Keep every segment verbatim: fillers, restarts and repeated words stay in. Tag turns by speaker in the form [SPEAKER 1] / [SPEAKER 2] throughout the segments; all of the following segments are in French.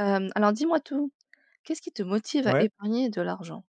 [SPEAKER 1] Hem, alors dis-moi tout. Qu'est-ce qui te motive à
[SPEAKER 2] Ouais,
[SPEAKER 1] épargner de l'argent?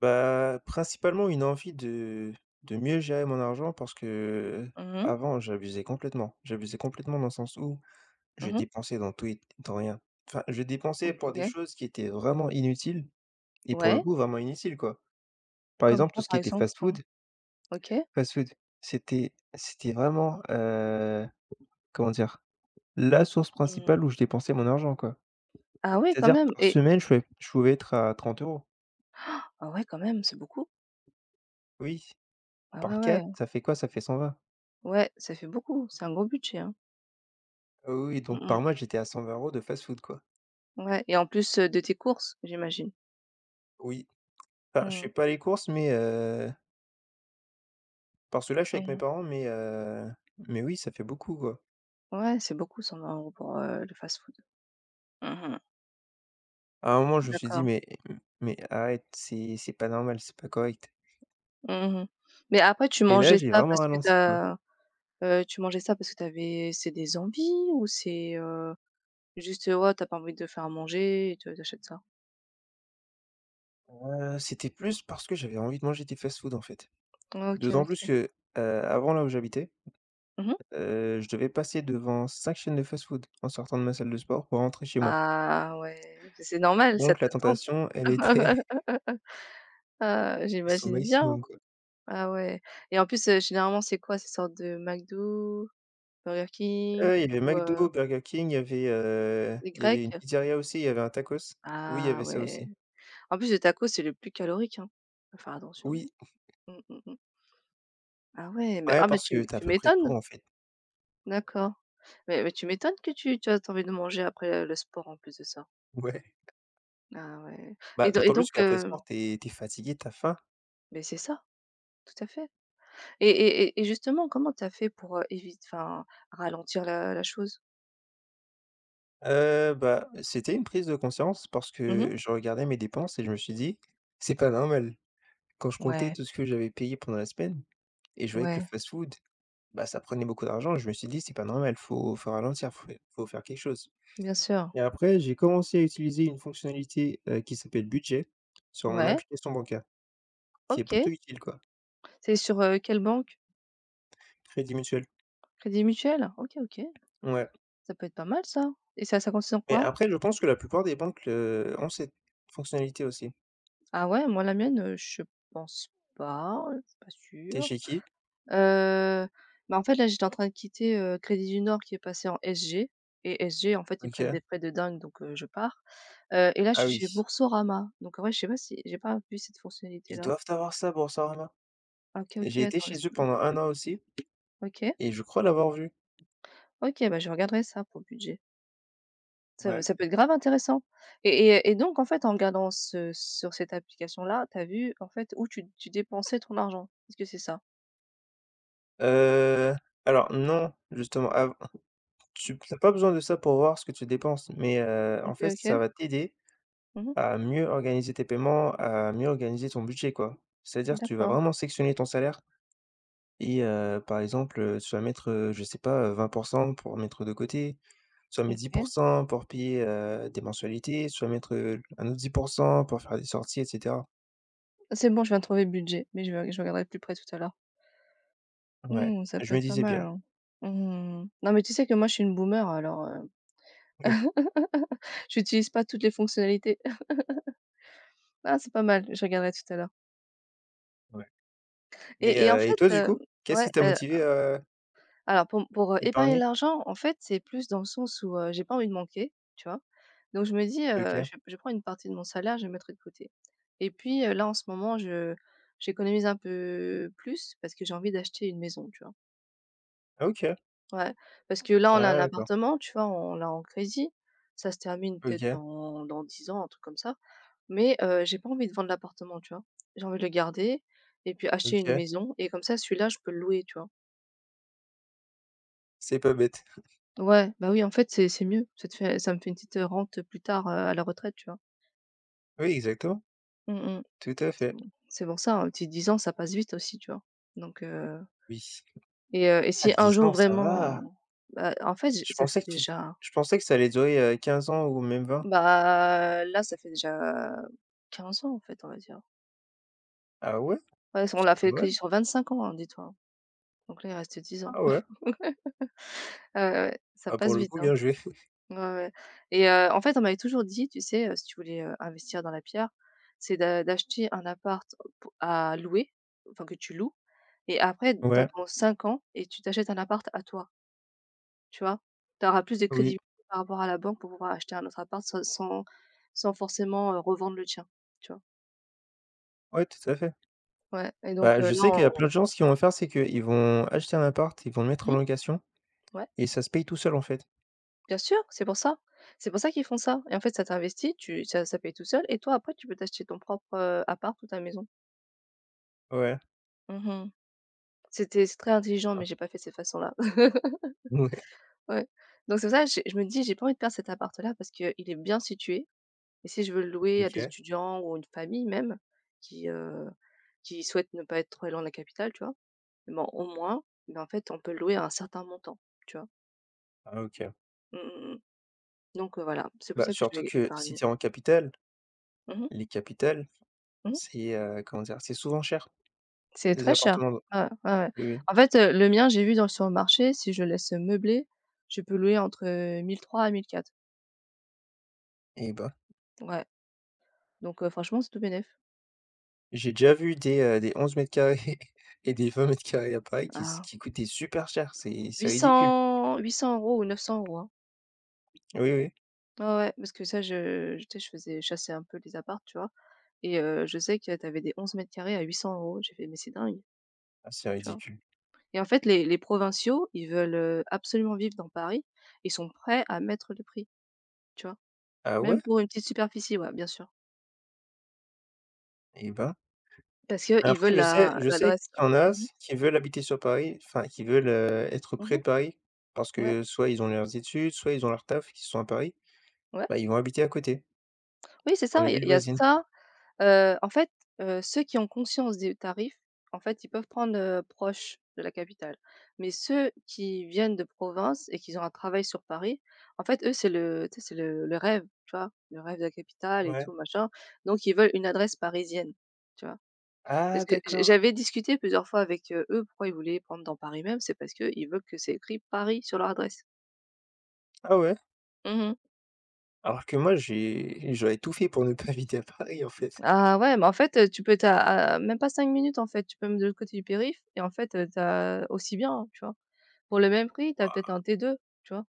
[SPEAKER 2] bah, principalement une envie de de mieux gérer mon argent parce que,
[SPEAKER 1] Mmh mh.
[SPEAKER 2] avant, j'abusais complètement. J'abusais complètement dans le sens où je
[SPEAKER 1] Mmh.
[SPEAKER 2] dépensais dans tout et dans rien. Enfin, je dépensais
[SPEAKER 1] OK,
[SPEAKER 2] pour des
[SPEAKER 1] OK.
[SPEAKER 2] choses qui étaient vraiment inutiles et pour le
[SPEAKER 1] Ouais.
[SPEAKER 2] coup, vraiment inutiles, quoi. Par
[SPEAKER 1] Comme
[SPEAKER 2] exemple, tout
[SPEAKER 1] quoi
[SPEAKER 2] ce
[SPEAKER 1] par
[SPEAKER 2] qui était
[SPEAKER 1] exemple? Hein?
[SPEAKER 2] fast-food,
[SPEAKER 1] OK.
[SPEAKER 2] fast-food, c'était c'était vraiment, heu, comment dire? La source
[SPEAKER 1] Mmh.
[SPEAKER 2] principale où je dépensais mon argent, quoi.
[SPEAKER 1] Ah ouais quand
[SPEAKER 2] C'est-à-dire
[SPEAKER 1] même.
[SPEAKER 2] par
[SPEAKER 1] et
[SPEAKER 2] semaine, je pouvais je pouvais être à trente euros.
[SPEAKER 1] ah ouais quand même, c'est beaucoup.
[SPEAKER 2] Oui,
[SPEAKER 1] Ah
[SPEAKER 2] par
[SPEAKER 1] ouais, ouais.
[SPEAKER 2] quatre ça fait quoi? Ça fait cent vingt.
[SPEAKER 1] Ouais, ça fait beaucoup. C'est un gros budget, hein.
[SPEAKER 2] Ah oui, oui, donc
[SPEAKER 1] Mmh
[SPEAKER 2] par
[SPEAKER 1] mh.
[SPEAKER 2] mois, j'étais à cent vingt euros de fast-food, quoi.
[SPEAKER 1] Ouais et en plus, heu, de tes courses, j'imagine?
[SPEAKER 2] Oui. Enfin, je
[SPEAKER 1] Mmh.
[SPEAKER 2] fais pas les courses, mais heu, parce que là, je suis avec mes
[SPEAKER 1] Mmh.
[SPEAKER 2] parents, mais heu, mais oui, ça fait beaucoup, quoi.
[SPEAKER 1] Ouais, c'est beaucoup cent vingt euros pour, heu, le fast-food. Mmh.
[SPEAKER 2] À un moment, je me suis dit:
[SPEAKER 1] D'accord.
[SPEAKER 2] «Mais mais arrête, c'est c'est pas normal, c'est pas correct»
[SPEAKER 1] Mmh. Mais après tu
[SPEAKER 2] et là,
[SPEAKER 1] mangeais
[SPEAKER 2] j'ai
[SPEAKER 1] ça
[SPEAKER 2] vraiment
[SPEAKER 1] parce que
[SPEAKER 2] ralenti, quoi.
[SPEAKER 1] t'as, as, tu mangeais ça parce que t'avais, c'est des envies ou c'est, heu juste, heu, ouais, t'as pas envie de faire à manger et tu achètes ça.
[SPEAKER 2] Heu, c'était plus parce que j'avais envie de manger des fast-food, en fait.
[SPEAKER 1] OK,
[SPEAKER 2] D'autant plus
[SPEAKER 1] OK.
[SPEAKER 2] que, heu, avant, là où j'habitais,
[SPEAKER 1] Mmh.
[SPEAKER 2] heu, je devais passer devant cinq chaînes de fast-food en sortant de ma salle de sport pour rentrer chez moi.
[SPEAKER 1] Ah ouais, c'est normal, ça
[SPEAKER 2] Donc la
[SPEAKER 1] te tente.
[SPEAKER 2] tentation, elle était
[SPEAKER 1] Ah,
[SPEAKER 2] à son
[SPEAKER 1] j'imagine bien.
[SPEAKER 2] maximum, quoi.
[SPEAKER 1] Ah ouais et en plus, heu, généralement, c'est quoi? Ces sortes de McDo, Burger King
[SPEAKER 2] Heu, il y avait
[SPEAKER 1] ou heu,
[SPEAKER 2] McDo, Burger King, il y avait, heu,
[SPEAKER 1] des
[SPEAKER 2] il y avait
[SPEAKER 1] grecs?
[SPEAKER 2] une pizzeria aussi, il y avait un tacos. Oui, il y
[SPEAKER 1] Ah
[SPEAKER 2] avait ça
[SPEAKER 1] ouais.
[SPEAKER 2] aussi.
[SPEAKER 1] En plus, le taco, c'est le plus calorique, hein. Faut faire attention.
[SPEAKER 2] Oui,
[SPEAKER 1] Mmh, mmh, mmh. Ah ouais, mais
[SPEAKER 2] ouais,
[SPEAKER 1] ah, mais
[SPEAKER 2] parce que
[SPEAKER 1] tu
[SPEAKER 2] tu à
[SPEAKER 1] tu
[SPEAKER 2] peu près tout
[SPEAKER 1] m'étonnes.
[SPEAKER 2] en fait.
[SPEAKER 1] D'accord. Mais mais tu m'étonnes que tu tu as envie de manger après, le sport en plus de ça.
[SPEAKER 2] Ouais.
[SPEAKER 1] Ah ouais
[SPEAKER 2] Bah,
[SPEAKER 1] et do et
[SPEAKER 2] d'autant plus
[SPEAKER 1] donc
[SPEAKER 2] qu'après
[SPEAKER 1] heu
[SPEAKER 2] sport, t'es es fatigué, t'as faim.
[SPEAKER 1] mais c'est ça, tout à fait et et et et justement, comment tu as fait pour éviter enfin, ralentir la la chose?
[SPEAKER 2] Heu, bah, c'était une prise de conscience parce
[SPEAKER 1] Mmh.
[SPEAKER 2] que je regardais mes dépenses et je me suis dit: «C'est pas normal». Quand je comptais
[SPEAKER 1] Ouais,
[SPEAKER 2] tout ce que j'avais payé pendant la semaine et je voyais que le
[SPEAKER 1] ouais,
[SPEAKER 2] fast-food, bah, ça prenait beaucoup d'argent, je me suis dit: «C'est pas normal, faut faut ralentir, faut faut faire quelque chose».
[SPEAKER 1] bien sûr.
[SPEAKER 2] Et après, j'ai commencé à utiliser une fonctionnalité, heu, qui s'appelle budget sur mon
[SPEAKER 1] Ouais,
[SPEAKER 2] application bancaire, qui est
[SPEAKER 1] OK.
[SPEAKER 2] plutôt utile quoi.
[SPEAKER 1] C'est sur, heu, quelle banque?
[SPEAKER 2] Crédit Mutuel,
[SPEAKER 1] Crédit Mutuel? OK, OK.
[SPEAKER 2] ouais.
[SPEAKER 1] Ça peut être pas mal ça et ça ça consiste en
[SPEAKER 2] Mais
[SPEAKER 1] quoi?
[SPEAKER 2] après, je pense que la plupart des banques, heu, ont cette fonctionnalité aussi.
[SPEAKER 1] Ah ouais, moi la mienne, heu, je pense pas, je suis pas
[SPEAKER 2] T'es
[SPEAKER 1] sûre.
[SPEAKER 2] chez qui?
[SPEAKER 1] Heu, bah, en fait, là, j'étais en train de quitter, heu, Crédit du Nord qui est passé en S G. Et S G, en fait, ils prennent
[SPEAKER 2] OK.
[SPEAKER 1] des frais de dingue donc heu, je pars. Heu et là, je
[SPEAKER 2] Ah
[SPEAKER 1] suis
[SPEAKER 2] oui,
[SPEAKER 1] chez Boursorama donc en vrai, je sais pas si j'ai pas vu cette
[SPEAKER 2] ils
[SPEAKER 1] fonctionnalité-là.
[SPEAKER 2] doivent avoir ça, Boursorama.
[SPEAKER 1] OK, OK,
[SPEAKER 2] J'ai été
[SPEAKER 1] attends,
[SPEAKER 2] chez eux
[SPEAKER 1] laisse-moi.
[SPEAKER 2] pendant un an aussi
[SPEAKER 1] OK,
[SPEAKER 2] et je crois l'avoir vu.
[SPEAKER 1] OK, bah, je regarderai ça pour le budget. Ça va,
[SPEAKER 2] Ouais.
[SPEAKER 1] ça peut être grave intéressant et et et donc en fait, en regardant ce sur cette application-là, tu as vu, en fait, où tu tu dépensais ton argent. Est-ce que c'est ça?
[SPEAKER 2] Heu, alors non, justement, av tu n'as pas besoin de ça pour voir ce que tu dépenses, mais heu, en
[SPEAKER 1] OK,
[SPEAKER 2] fait, ça
[SPEAKER 1] OK.
[SPEAKER 2] va t'aider
[SPEAKER 1] Mmh.
[SPEAKER 2] à mieux organiser tes paiements, à mieux organiser ton budget, quoi. C'est-à-dire, que tu vas
[SPEAKER 1] D'accord,
[SPEAKER 2] vraiment sectionner ton salaire et heu, par exemple, heu, tu vas mettre, heu, je sais pas, heu, vingt pour cent pour mettre de côté, tu vas mettre dix pour
[SPEAKER 1] OK.
[SPEAKER 2] cent pour payer, heu, des mensualités, tu vas mettre, heu, un autre dix pour cent pour faire des sorties et cetera.
[SPEAKER 1] C'est bon, je viens de trouver le budget mais je vais je regarderai de plus près tout à l'heure.
[SPEAKER 2] Ouais,
[SPEAKER 1] Mmh, ça
[SPEAKER 2] je
[SPEAKER 1] peut
[SPEAKER 2] me
[SPEAKER 1] être pas
[SPEAKER 2] disais
[SPEAKER 1] mal,
[SPEAKER 2] bien.
[SPEAKER 1] hein. Mmh. Non, mais tu sais que moi, je suis une boomer, alors, heu, j'utilise pas toutes les fonctionnalités. Ah, c'est pas mal, je regarderai tout à l'heure.
[SPEAKER 2] Ouais. Mais
[SPEAKER 1] Et et en
[SPEAKER 2] heu et
[SPEAKER 1] fait,
[SPEAKER 2] toi, du
[SPEAKER 1] heu,
[SPEAKER 2] coup, qu'est-ce
[SPEAKER 1] ouais,
[SPEAKER 2] qui t'a
[SPEAKER 1] heu,
[SPEAKER 2] motivé à
[SPEAKER 1] alors pour pour, heu, épargner de
[SPEAKER 2] épargner?
[SPEAKER 1] l'argent, en fait, c'est plus dans le sens où, heu, j'ai pas envie de manquer, tu vois? Donc je me dis, heu,
[SPEAKER 2] OK.
[SPEAKER 1] je je prends une partie de mon salaire, je le mettrai de côté et puis, heu, là, en ce moment, je j'économise un peu plus parce que j'ai envie d'acheter une maison, tu vois?
[SPEAKER 2] Ah, OK.
[SPEAKER 1] Ouais, parce que là, on a un
[SPEAKER 2] Ah d'accord.
[SPEAKER 1] appartement, tu vois? On l'a en crédit. Ça se termine peut-être
[SPEAKER 2] OK,
[SPEAKER 1] dans dans dix ans, un truc comme ça. Mais, heu, j'ai pas envie de vendre l'appartement, tu vois? J'ai envie de le garder et puis acheter une
[SPEAKER 2] OK.
[SPEAKER 1] maison et comme ça, celui-là, je peux le louer, tu vois?
[SPEAKER 2] C'est pas bête.
[SPEAKER 1] Ouais, bah, oui, en fait, c'est c'est mieux. Ça te fait ça me fait une petite rente plus tard, heu, à la retraite, tu vois?
[SPEAKER 2] Oui, exactement.
[SPEAKER 1] Mmh mh.
[SPEAKER 2] Tout à
[SPEAKER 1] C'est
[SPEAKER 2] fait.
[SPEAKER 1] bon, c'est pour ça, hein, petit 10 ans, ça passe vite aussi, tu vois? Donc, heu
[SPEAKER 2] Oui.
[SPEAKER 1] et heu et
[SPEAKER 2] À
[SPEAKER 1] si un
[SPEAKER 2] dix
[SPEAKER 1] jour
[SPEAKER 2] ans, ça va.
[SPEAKER 1] vraiment. Bah, en fait, j
[SPEAKER 2] Je
[SPEAKER 1] ça
[SPEAKER 2] pensais
[SPEAKER 1] fait
[SPEAKER 2] que tu
[SPEAKER 1] déjà.
[SPEAKER 2] je pensais que ça allait durer, heu, quinze ans ou même vingt.
[SPEAKER 1] Bah, là, ça fait déjà quinze ans, en fait, on va dire.
[SPEAKER 2] Ah ouais?
[SPEAKER 1] Ouais, on
[SPEAKER 2] C'est
[SPEAKER 1] l'a fait
[SPEAKER 2] pas
[SPEAKER 1] le
[SPEAKER 2] mal.
[SPEAKER 1] crédit sur vingt-cinq ans, hein, dis-toi, hein. Donc là, il reste dix ans.
[SPEAKER 2] Ah ouais.
[SPEAKER 1] Ouais, ouais, ça
[SPEAKER 2] Bah, pour
[SPEAKER 1] passe
[SPEAKER 2] le
[SPEAKER 1] vite,
[SPEAKER 2] coup,
[SPEAKER 1] hein.
[SPEAKER 2] bien joué.
[SPEAKER 1] Ouais, ouais et heu, en fait, on m'avait toujours dit, tu sais, heu, si tu voulais, heu, investir dans la pierre, c'est d'a d'acheter un appart pou à louer, enfin que tu loues et après
[SPEAKER 2] Ouais,
[SPEAKER 1] t'attends cinq ans et tu t'achètes un appart à toi, tu vois? Tu auras plus de
[SPEAKER 2] oui,
[SPEAKER 1] crédibilité par rapport à la banque pour pouvoir acheter un autre appart sans sans sans forcément, heu, revendre le tien, tu vois?
[SPEAKER 2] ouais, tout à fait.
[SPEAKER 1] Ouais et
[SPEAKER 2] Bah,
[SPEAKER 1] donc heu,
[SPEAKER 2] je
[SPEAKER 1] là
[SPEAKER 2] sais qu'il y a
[SPEAKER 1] on
[SPEAKER 2] plein de gens, ce qu'ils vont faire, c'est qu'ils vont acheter un appart, ils vont le mettre
[SPEAKER 1] mmh,
[SPEAKER 2] en location
[SPEAKER 1] ouais,
[SPEAKER 2] et ça se paye tout seul, en fait.
[SPEAKER 1] bien sûr, c'est pour ça. C'est pour ça qu'ils font ça et en fait ça t'investit, tu ça ça paye tout seul et toi après tu peux t'acheter ton propre, heu, appart ou ta maison.
[SPEAKER 2] Ouais.
[SPEAKER 1] Mmh. C'était c'est très intelligent mais
[SPEAKER 2] Ah,
[SPEAKER 1] j'ai pas fait de cette façon-là.
[SPEAKER 2] ouais.
[SPEAKER 1] Ouais. Donc c'est pour ça que j'ai je me dis: «J'ai pas envie de perdre cet appart-là» parce qu'il est bien situé et si je veux le louer à des
[SPEAKER 2] OK.
[SPEAKER 1] étudiants ou une famille même qui, heu, qui souhaite ne pas être trop loin de la capitale, tu vois? Bon au moins, ben, en fait on peut le louer à un certain montant, tu vois?
[SPEAKER 2] Ah OK.
[SPEAKER 1] Mmh mh, mmh. Donc heu, voilà, c'est pour
[SPEAKER 2] Bah,
[SPEAKER 1] ça que je
[SPEAKER 2] surtout
[SPEAKER 1] vais
[SPEAKER 2] que si
[SPEAKER 1] épargner.
[SPEAKER 2] tu es en capitale,
[SPEAKER 1] Mmh mh.
[SPEAKER 2] les capitales,
[SPEAKER 1] Mmh.
[SPEAKER 2] c'est, heu, comment dire? C'est souvent cher,
[SPEAKER 1] C'est
[SPEAKER 2] les
[SPEAKER 1] très cher.
[SPEAKER 2] appartements.
[SPEAKER 1] Ouais, ouais, ouais.
[SPEAKER 2] Oui, oui
[SPEAKER 1] En fait, heu, le mien, j'ai vu dans sur le marché, si je le laisse meubler, je peux louer entre, heu, mille trois cents à mille quatre.
[SPEAKER 2] et bah,
[SPEAKER 1] Ouais, donc heu, franchement, c'est tout bénef.
[SPEAKER 2] j'ai déjà vu des, heu, des onze mètres carrés et des vingt mètres carrés à Paris qui s
[SPEAKER 1] Ah,
[SPEAKER 2] qui coûtaient super cher, c'est c'est
[SPEAKER 1] huit
[SPEAKER 2] ridicule.
[SPEAKER 1] 800 euros ou neuf cents €, hein.
[SPEAKER 2] Oui, oui,
[SPEAKER 1] Ouais, ouais, parce que ça, je je tu sais, je faisais chasser un peu les apparts, tu vois? Et heu, je sais que tu avais des onze mètres carrés à huit cents euros. J'ai fait: «Mais c'est dingue»,
[SPEAKER 2] ah c'est
[SPEAKER 1] tu vois?
[SPEAKER 2] ridicule.
[SPEAKER 1] Et en fait, les les provinciaux, ils veulent, heu, absolument vivre dans Paris. Ils sont prêts à mettre le prix, tu vois?
[SPEAKER 2] Ah ouais?
[SPEAKER 1] Même pour une petite superficie, ouais, bien sûr.
[SPEAKER 2] Eh ben,
[SPEAKER 1] Parce qu'ils
[SPEAKER 2] après
[SPEAKER 1] veulent
[SPEAKER 2] je sais
[SPEAKER 1] la
[SPEAKER 2] je sais
[SPEAKER 1] l'adresse.
[SPEAKER 2] qu'il y en a
[SPEAKER 1] Mmh mh.
[SPEAKER 2] s qui veulent habiter sur Paris, enfin qui veulent, heu, être près
[SPEAKER 1] Mmh.
[SPEAKER 2] de Paris parce
[SPEAKER 1] Ouais,
[SPEAKER 2] que soit ils ont leurs études, soit ils ont leur taf qui sont à Paris,
[SPEAKER 1] ouais.
[SPEAKER 2] bah, ils vont habiter à côté,
[SPEAKER 1] Oui, c'est
[SPEAKER 2] dans
[SPEAKER 1] ça,
[SPEAKER 2] les
[SPEAKER 1] il y a
[SPEAKER 2] villes
[SPEAKER 1] il y a
[SPEAKER 2] voisines.
[SPEAKER 1] ça. Heu, en fait, heu, ceux qui ont conscience des tarifs, en fait, ils peuvent prendre, heu, proche de la capitale. Mais ceux qui viennent de province et qui ont un travail sur Paris, en fait, eux, c'est le tu sais, c'est le le rêve, tu vois? Le rêve de la capitale et
[SPEAKER 2] Ouais.
[SPEAKER 1] tout machin, donc ils veulent une adresse parisienne, tu vois?
[SPEAKER 2] Ah
[SPEAKER 1] Parce que j
[SPEAKER 2] d'accord.
[SPEAKER 1] j'avais discuté plusieurs fois avec, heu, eux, pourquoi ils voulaient prendre dans Paris même, c'est parce qu'ils veulent que c'est écrit Paris sur leur adresse.
[SPEAKER 2] Ah ouais?
[SPEAKER 1] Mmh.
[SPEAKER 2] Alors que moi j'ai j'aurais tout fait pour ne pas habiter à Paris en fait.
[SPEAKER 1] Ah ouais, mais en fait, heu, tu peux t'as as même pas cinq minutes, en fait, tu peux même de l'autre côté du périph et en fait, heu, tu aussi bien, hein, tu vois? Pour le même prix, t'as peut-être un T deux, tu vois?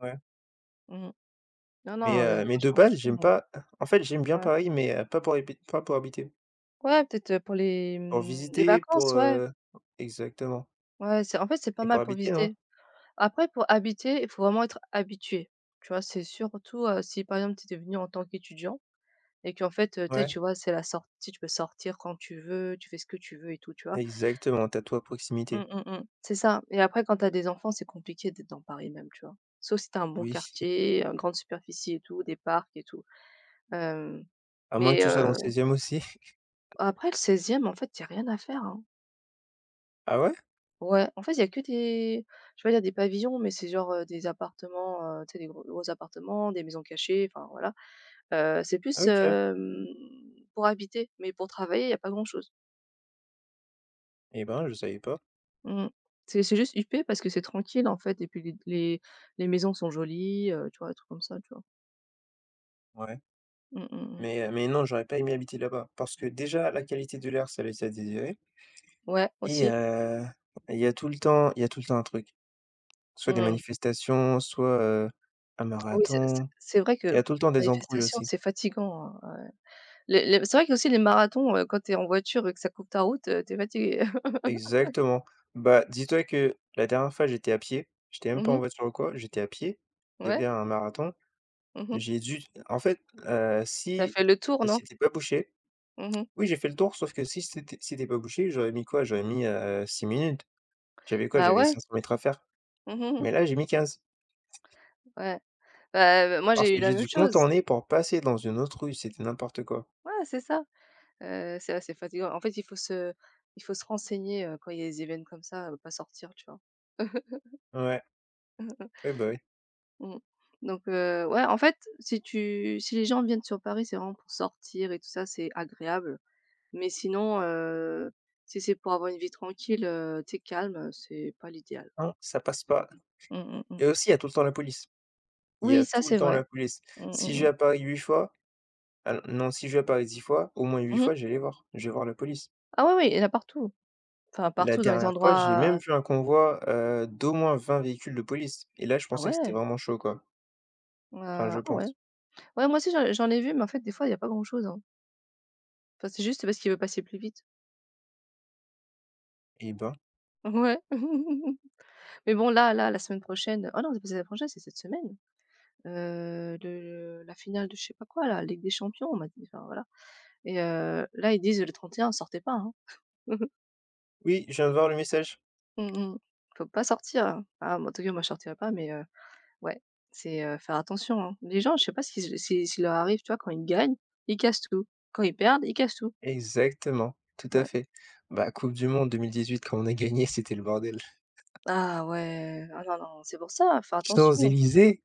[SPEAKER 2] Ouais.
[SPEAKER 1] Mmh. Non, non,
[SPEAKER 2] Mais heu,
[SPEAKER 1] heu,
[SPEAKER 2] mais de
[SPEAKER 1] franchement
[SPEAKER 2] base, j'aime
[SPEAKER 1] franchement,
[SPEAKER 2] pas en fait, j'aime bien
[SPEAKER 1] ouais.
[SPEAKER 2] Paris, mais heu, pas pour habi pas pour habiter.
[SPEAKER 1] Ouais, peut-être, heu, pour les,
[SPEAKER 2] Pour
[SPEAKER 1] mmh, les
[SPEAKER 2] visiter, pour,
[SPEAKER 1] vacances, ouais.
[SPEAKER 2] heu exactement.
[SPEAKER 1] Ouais, c'est en fait, c'est pas
[SPEAKER 2] Et pour
[SPEAKER 1] mal pour
[SPEAKER 2] habiter, non.
[SPEAKER 1] visiter. Après pour habiter, il faut vraiment être habitué, tu vois? C'est surtout, heu, si par exemple, tu venu en tant qu'étudiant et qu'en fait, heu, tu sais,
[SPEAKER 2] Ouais,
[SPEAKER 1] tu vois, c'est la sortie, tu peux sortir quand tu veux, tu fais ce que tu veux et tout, tu vois?
[SPEAKER 2] exactement, t'as as tout à proximité.
[SPEAKER 1] Mmh, mmh, mmh. C'est ça et après quand t'as des enfants, c'est compliqué d'être dans Paris même, tu vois? Sauf si tu un bon
[SPEAKER 2] Oui,
[SPEAKER 1] quartier, heu, grande superficie et tout, des parcs et tout. Hem,
[SPEAKER 2] à moins que
[SPEAKER 1] mais
[SPEAKER 2] tu sois dans le
[SPEAKER 1] heu,
[SPEAKER 2] seizième aussi.
[SPEAKER 1] après le seizième, en fait, il y a rien à faire, hein.
[SPEAKER 2] Ah ouais?
[SPEAKER 1] Ouais, en fait, il y a que des je vais pas dire des pavillons, mais c'est genre, heu, des appartements, heu, tu sais, des gros gros appartements, des maisons cachées, enfin voilà. Heu, c'est plus,
[SPEAKER 2] OK.
[SPEAKER 1] hem, pour habiter, mais pour travailler, il y a pas grand-chose.
[SPEAKER 2] Eh ben, je savais pas.
[SPEAKER 1] Mmh. C'est c'est juste huppé parce que c'est tranquille, en fait et puis les les les maisons sont jolies, heu, tu vois? Des trucs comme ça, tu vois?
[SPEAKER 2] Ouais.
[SPEAKER 1] Mmh mh, mmh.
[SPEAKER 2] Mais heu, mais non, j'aurais pas aimé habiter là-bas parce que déjà la qualité de l'air, ça laisse à désirer
[SPEAKER 1] Ouais,
[SPEAKER 2] et
[SPEAKER 1] aussi.
[SPEAKER 2] heu, il y a tout le temps il y a tout le temps un truc. Soit des
[SPEAKER 1] Mmh.
[SPEAKER 2] manifestations, soit, heu, un
[SPEAKER 1] Oui, c'est c'est
[SPEAKER 2] marathon.
[SPEAKER 1] c'est vrai
[SPEAKER 2] Il y
[SPEAKER 1] que
[SPEAKER 2] a tout le temps des embrouilles
[SPEAKER 1] manifestation
[SPEAKER 2] aussi.
[SPEAKER 1] c'est fatigant, hein, ouais. Les les C'est vrai qu'aussi les marathons, heu, quand tu es en voiture et que ça coupe ta route, heu, tu es fatigué.
[SPEAKER 2] Exactement. Bah, dis-toi que la dernière fois, j'étais à pied. J'étais même
[SPEAKER 1] Mmh
[SPEAKER 2] pas en
[SPEAKER 1] mh.
[SPEAKER 2] voiture ou quoi, j'étais à pied. Il y
[SPEAKER 1] Ouais.
[SPEAKER 2] avait un marathon.
[SPEAKER 1] Mmh mh.
[SPEAKER 2] J'ai dû en fait, heu,
[SPEAKER 1] Tu as
[SPEAKER 2] si
[SPEAKER 1] fait le tour, non?
[SPEAKER 2] c'était pas bouché,
[SPEAKER 1] Mmh mh.
[SPEAKER 2] oui, j'ai fait le tour, sauf que si c'était c'était pas bouché, j'aurais mis quoi? J'aurais mis, heu, 6 minutes. J'avais quoi?
[SPEAKER 1] Bah,
[SPEAKER 2] J'avais
[SPEAKER 1] ouais.
[SPEAKER 2] cinq cents mètres à faire.
[SPEAKER 1] Mmh mh, mmh.
[SPEAKER 2] Mais là, j'ai mis quinze
[SPEAKER 1] Ouais. Bah, moi,
[SPEAKER 2] parce
[SPEAKER 1] j'ai
[SPEAKER 2] que
[SPEAKER 1] eu la
[SPEAKER 2] j'ai
[SPEAKER 1] même
[SPEAKER 2] dû
[SPEAKER 1] chose.
[SPEAKER 2] contourner pour passer dans une autre rue, c'était n'importe quoi.
[SPEAKER 1] Ouais, c'est ça. Heu, c'est assez fatigant. En fait, il faut se il faut se renseigner, heu, quand il y a des événements comme ça, heu, pas sortir, tu vois?
[SPEAKER 2] Ouais, oui, bah, oui.
[SPEAKER 1] Mmh. Donc heu, ouais, en fait, si tu si les gens viennent sur Paris, c'est vraiment pour sortir et tout ça, c'est agréable. Mais sinon, heu, si c'est pour avoir une vie tranquille, heu, tu sais, calme, c'est pas l'idéal.
[SPEAKER 2] Non, ça passe pas
[SPEAKER 1] Mmh mh, mmh.
[SPEAKER 2] et aussi, il y a tout le temps la police. Il y
[SPEAKER 1] Oui,
[SPEAKER 2] a
[SPEAKER 1] ça,
[SPEAKER 2] tout le
[SPEAKER 1] c'est
[SPEAKER 2] temps
[SPEAKER 1] vrai.
[SPEAKER 2] la police.
[SPEAKER 1] Mmh
[SPEAKER 2] Si
[SPEAKER 1] mh,
[SPEAKER 2] j'ai
[SPEAKER 1] mmh.
[SPEAKER 2] à Paris huit fois. Ah non, non, si je vais à Paris dix fois, au moins huit
[SPEAKER 1] Mmh.
[SPEAKER 2] fois, je vais les voir. Je vais voir la police.
[SPEAKER 1] Ah ouais, oui, il y en a partout. Enfin,
[SPEAKER 2] La
[SPEAKER 1] partout dans les
[SPEAKER 2] dernière fois, j'ai même
[SPEAKER 1] endroits.
[SPEAKER 2] vu un convoi, heu, d'au moins vingt véhicules de police et là, je
[SPEAKER 1] Ah
[SPEAKER 2] pensais que c'était
[SPEAKER 1] ouais?
[SPEAKER 2] vraiment chaud, quoi.
[SPEAKER 1] Heu,
[SPEAKER 2] Enfin, je
[SPEAKER 1] ah ouais.
[SPEAKER 2] pense.
[SPEAKER 1] Ouais, moi aussi, j'en j'en ai vu, mais en fait, des fois, il y a pas grand-chose, hein. Enfin, c'est juste parce qu'il veut passer plus vite.
[SPEAKER 2] Eh ben,
[SPEAKER 1] Ouais. Mais bon, là là, la semaine prochaine. Oh non, c'est pas la semaine prochaine, c'est cette semaine. heu, de la finale de je sais pas quoi, la Ligue des champions, on m'a dit, enfin voilà. Et heu, là ils disent: «Le trente et un sortez pas, hein».
[SPEAKER 2] oui, je viens de voir le message.
[SPEAKER 1] Mmh mh. Faut pas sortir, hein. Ah, moi, en tout cas moi je sortirai pas, mais heu, ouais, c'est, heu, faire attention, hein. Les gens, je sais pas si ce si s'il leur arrive, tu vois, quand ils gagnent, ils cassent tout. Quand ils perdent, ils cassent tout.
[SPEAKER 2] Exactement, tout à
[SPEAKER 1] Ouais.
[SPEAKER 2] fait. Bah, Coupe du monde deux mille dix-huit quand on a gagné, c'était le bordel.
[SPEAKER 1] Ah ouais, ah non, non, c'est pour ça, faire attention.
[SPEAKER 2] Champs-Élysées,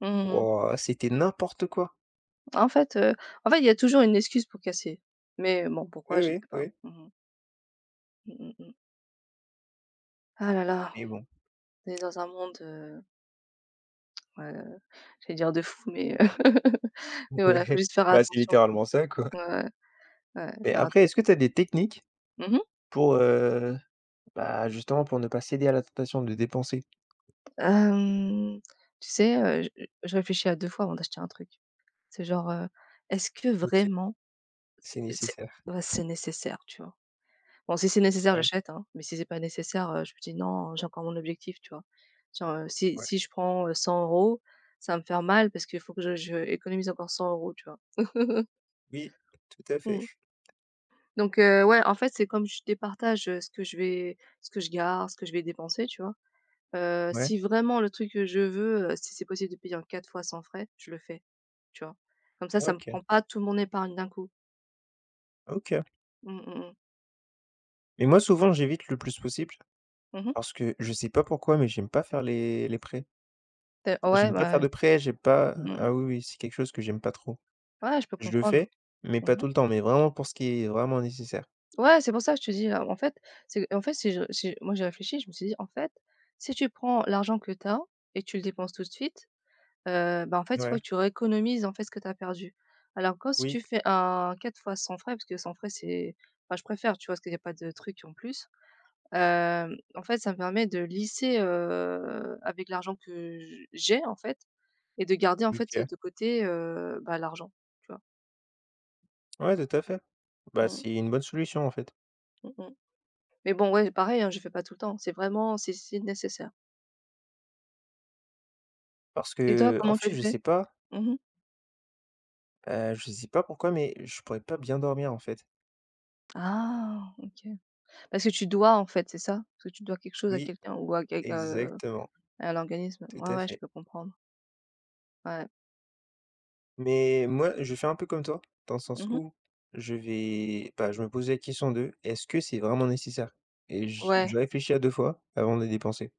[SPEAKER 1] Mmh.
[SPEAKER 2] wouah, c'était n'importe quoi.
[SPEAKER 1] En fait, heu, en fait il y a toujours une excuse pour casser. Mais bon,
[SPEAKER 2] Oui,
[SPEAKER 1] pourquoi, je ne
[SPEAKER 2] oui,
[SPEAKER 1] sais pas.
[SPEAKER 2] oui,
[SPEAKER 1] Mmh mh. Mmh, mmh. Ah là là,
[SPEAKER 2] mais bon,
[SPEAKER 1] on est dans un monde, heu, ouais. J'allais dire de fou, mais heu, mais voilà, faut
[SPEAKER 2] ouais,
[SPEAKER 1] juste faire
[SPEAKER 2] bah, c'est
[SPEAKER 1] attention, quoi.
[SPEAKER 2] littéralement ça, quoi.
[SPEAKER 1] Ouais, ouais, ouais,
[SPEAKER 2] Mais
[SPEAKER 1] faire
[SPEAKER 2] après, est-ce que
[SPEAKER 1] attention.
[SPEAKER 2] tu as des techniques
[SPEAKER 1] Mmh mh.
[SPEAKER 2] pour, heu, bah, justement pour ne pas céder à la tentation de dépenser?
[SPEAKER 1] Hem, tu sais, heu, je je réfléchis à deux fois avant d'acheter un truc. C'est genre, heu, est-ce que
[SPEAKER 2] OK,
[SPEAKER 1] vraiment c
[SPEAKER 2] c'est
[SPEAKER 1] c'est
[SPEAKER 2] nécessaire.
[SPEAKER 1] ouais, c'est nécessaire, tu vois? Bon, si c'est nécessaire,
[SPEAKER 2] Ouais,
[SPEAKER 1] j'achète, hein, mais si c'est pas nécessaire, heu, je me dis: «Non, j'ai encore mon objectif», tu vois? Genre, heu, si
[SPEAKER 2] ouais.
[SPEAKER 1] si je prends, heu, cent euros, ça va me faire mal parce qu'il faut que je je économise encore cent euros, tu vois?
[SPEAKER 2] Oui, tout à fait.
[SPEAKER 1] Mmh. Donc heu, ouais, en fait, c'est comme je départage, heu, ce que je vais ce que je garde, ce que je vais dépenser, tu vois? Heu,
[SPEAKER 2] Ouais,
[SPEAKER 1] si vraiment le truc que je veux, heu, si c'est possible de payer en quatre fois sans frais, je le fais, tu vois? Comme ça, ça me
[SPEAKER 2] OK,
[SPEAKER 1] prend pas tout mon épargne d'un coup.
[SPEAKER 2] OK.
[SPEAKER 1] Mmh, mmh mh.
[SPEAKER 2] Mais moi, souvent, j'évite le plus possible
[SPEAKER 1] Mmh mh.
[SPEAKER 2] parce que je sais pas pourquoi, mais j'aime pas faire les les prêts. Enfin,
[SPEAKER 1] Ouais,
[SPEAKER 2] j'aime pas faire
[SPEAKER 1] bah,
[SPEAKER 2] de prêts, j'aime pas.
[SPEAKER 1] mmh.
[SPEAKER 2] Ah oui, oui, c'est quelque chose que j'aime pas trop.
[SPEAKER 1] Ouais, je peux
[SPEAKER 2] Je le
[SPEAKER 1] comprendre.
[SPEAKER 2] fais, mais pas
[SPEAKER 1] Mmh.
[SPEAKER 2] tout le temps, mais vraiment pour ce qui est vraiment nécessaire.
[SPEAKER 1] Ouais, c'est pour ça que je te dis, là. En fait, c'est, en fait, si je si moi j'ai réfléchi, je me suis dit: «En fait, si tu prends l'argent que tu as et tu le dépenses tout de suite, Heu, bah, en fait, il faut
[SPEAKER 2] Ouais,
[SPEAKER 1] que tu rééconomises, en fait, ce que tu as perdu. Alors, quand si
[SPEAKER 2] oui,
[SPEAKER 1] tu fais un quatre fois sans frais, parce que sans frais, c'est, enfin, je préfère, tu vois? Parce qu'il y a pas de trucs en plus. Hem, en fait, ça me permet de lisser, heu, avec l'argent que j j'ai, en fait, et de garder, en fait,
[SPEAKER 2] OK.
[SPEAKER 1] de côté, heu, bah, l'argent, tu vois?
[SPEAKER 2] Ouais, tout à fait. Bah,
[SPEAKER 1] Mmh,
[SPEAKER 2] c'est une bonne solution, en fait.
[SPEAKER 1] mmh mh. Mais bon, ouais, pareil, hein, je fais pas tout le temps. C'est vraiment, c'est c'est nécessaire.
[SPEAKER 2] Parce
[SPEAKER 1] Et toi,
[SPEAKER 2] que en
[SPEAKER 1] comment
[SPEAKER 2] fait,
[SPEAKER 1] tu
[SPEAKER 2] je
[SPEAKER 1] fais?
[SPEAKER 2] sais pas,
[SPEAKER 1] Mmh.
[SPEAKER 2] heu, je sais pas pourquoi, mais je pourrais pas bien dormir, en fait.
[SPEAKER 1] Ah! OK. Parce que tu dois, en fait, c'est ça? Parce que tu dois quelque chose à
[SPEAKER 2] Oui,
[SPEAKER 1] quelqu'un ou à quel
[SPEAKER 2] exactement,
[SPEAKER 1] à l'organisme.
[SPEAKER 2] tout
[SPEAKER 1] Ouais,
[SPEAKER 2] à
[SPEAKER 1] ouais, je
[SPEAKER 2] fait.
[SPEAKER 1] peux comprendre. Ouais.
[SPEAKER 2] Mais moi, je fais un peu comme toi, dans le sens
[SPEAKER 1] Mmh.
[SPEAKER 2] où je vais, bah, je me pose la question de est-ce que c'est vraiment nécessaire? Et j- je
[SPEAKER 1] Ouais.
[SPEAKER 2] réfléchis à deux fois avant de les dépenser.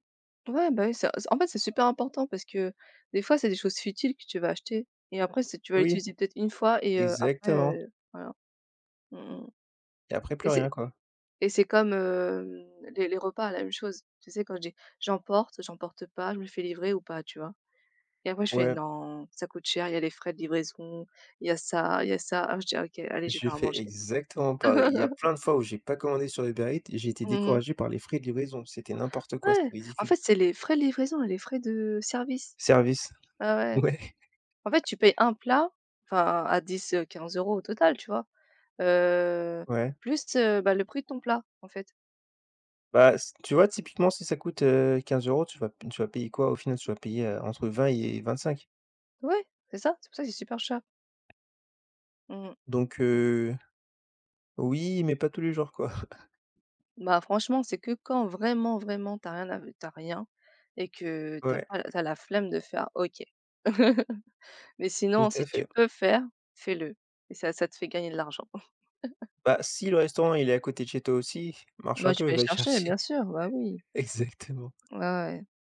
[SPEAKER 1] Ouais, bah, oui, c'est c'est en fait, c'est super important parce que des fois, c'est des choses futiles que tu vas acheter et après, c'est tu vas
[SPEAKER 2] Oui,
[SPEAKER 1] l'utiliser peut-être une fois et heu, après,
[SPEAKER 2] exactement.
[SPEAKER 1] heu, voilà. Mmh mh.
[SPEAKER 2] Et après, plus
[SPEAKER 1] Et
[SPEAKER 2] rien,
[SPEAKER 1] c'est,
[SPEAKER 2] quoi.
[SPEAKER 1] et c'est comme, hem, les les repas, la même chose. Tu sais, quand je dis: «J'emporte, j'emporte pas, je me fais livrer ou pas?» tu vois? Et après je fais:
[SPEAKER 2] Ouais,
[SPEAKER 1] «Non, ça coûte cher, il y a les frais de livraison, il y a ça, il y a ça». Ah, je dis: «OK, allez, je vais
[SPEAKER 2] j'ai
[SPEAKER 1] faire à
[SPEAKER 2] fait
[SPEAKER 1] manger».
[SPEAKER 2] exactement pareil. Il y a plein de fois où j'ai pas commandé sur Uber Eats et j'ai été
[SPEAKER 1] Mmh.
[SPEAKER 2] découragé par les frais de livraison. C'était n'importe quoi,
[SPEAKER 1] Ouais,
[SPEAKER 2] c'était
[SPEAKER 1] en
[SPEAKER 2] ridicule.
[SPEAKER 1] fait, c'est les frais de livraison et les frais de service.
[SPEAKER 2] Service.
[SPEAKER 1] Ah ouais.
[SPEAKER 2] Ouais,
[SPEAKER 1] En fait, tu payes un plat, enfin à dix euh, quinze euros au total, tu vois? Heu,
[SPEAKER 2] ouais.
[SPEAKER 1] plus, heu, bah, le prix de ton plat, en fait.
[SPEAKER 2] Bah, c- tu vois, typiquement, si ça coûte euh, quinze euros, tu vas, tu vas payer quoi? Au final, tu vas payer euh, entre vingt et vingt-cinq.
[SPEAKER 1] Ouais, c'est ça, c'est pour ça que c'est super cher. Mmh mh.
[SPEAKER 2] Donc, euh, Oui, mais pas tous les jours, quoi.
[SPEAKER 1] Bah, franchement, c'est que quand vraiment, vraiment t'as rien à v rien et que t'as
[SPEAKER 2] Ouais,
[SPEAKER 1] pas tu as la flemme de faire, OK. Mais
[SPEAKER 2] tout
[SPEAKER 1] sinon,
[SPEAKER 2] à
[SPEAKER 1] si tu
[SPEAKER 2] fait.
[SPEAKER 1] peux faire, fais-le, et ça ça te fait gagner de l'argent.
[SPEAKER 2] Bah, si le restaurant, il est à côté de chez toi aussi, marche un
[SPEAKER 1] Moi, je
[SPEAKER 2] peu,
[SPEAKER 1] vais les
[SPEAKER 2] va le
[SPEAKER 1] chercher,
[SPEAKER 2] chercher.
[SPEAKER 1] bien sûr, bah oui.
[SPEAKER 2] Exactement.
[SPEAKER 1] Ouais, ouais.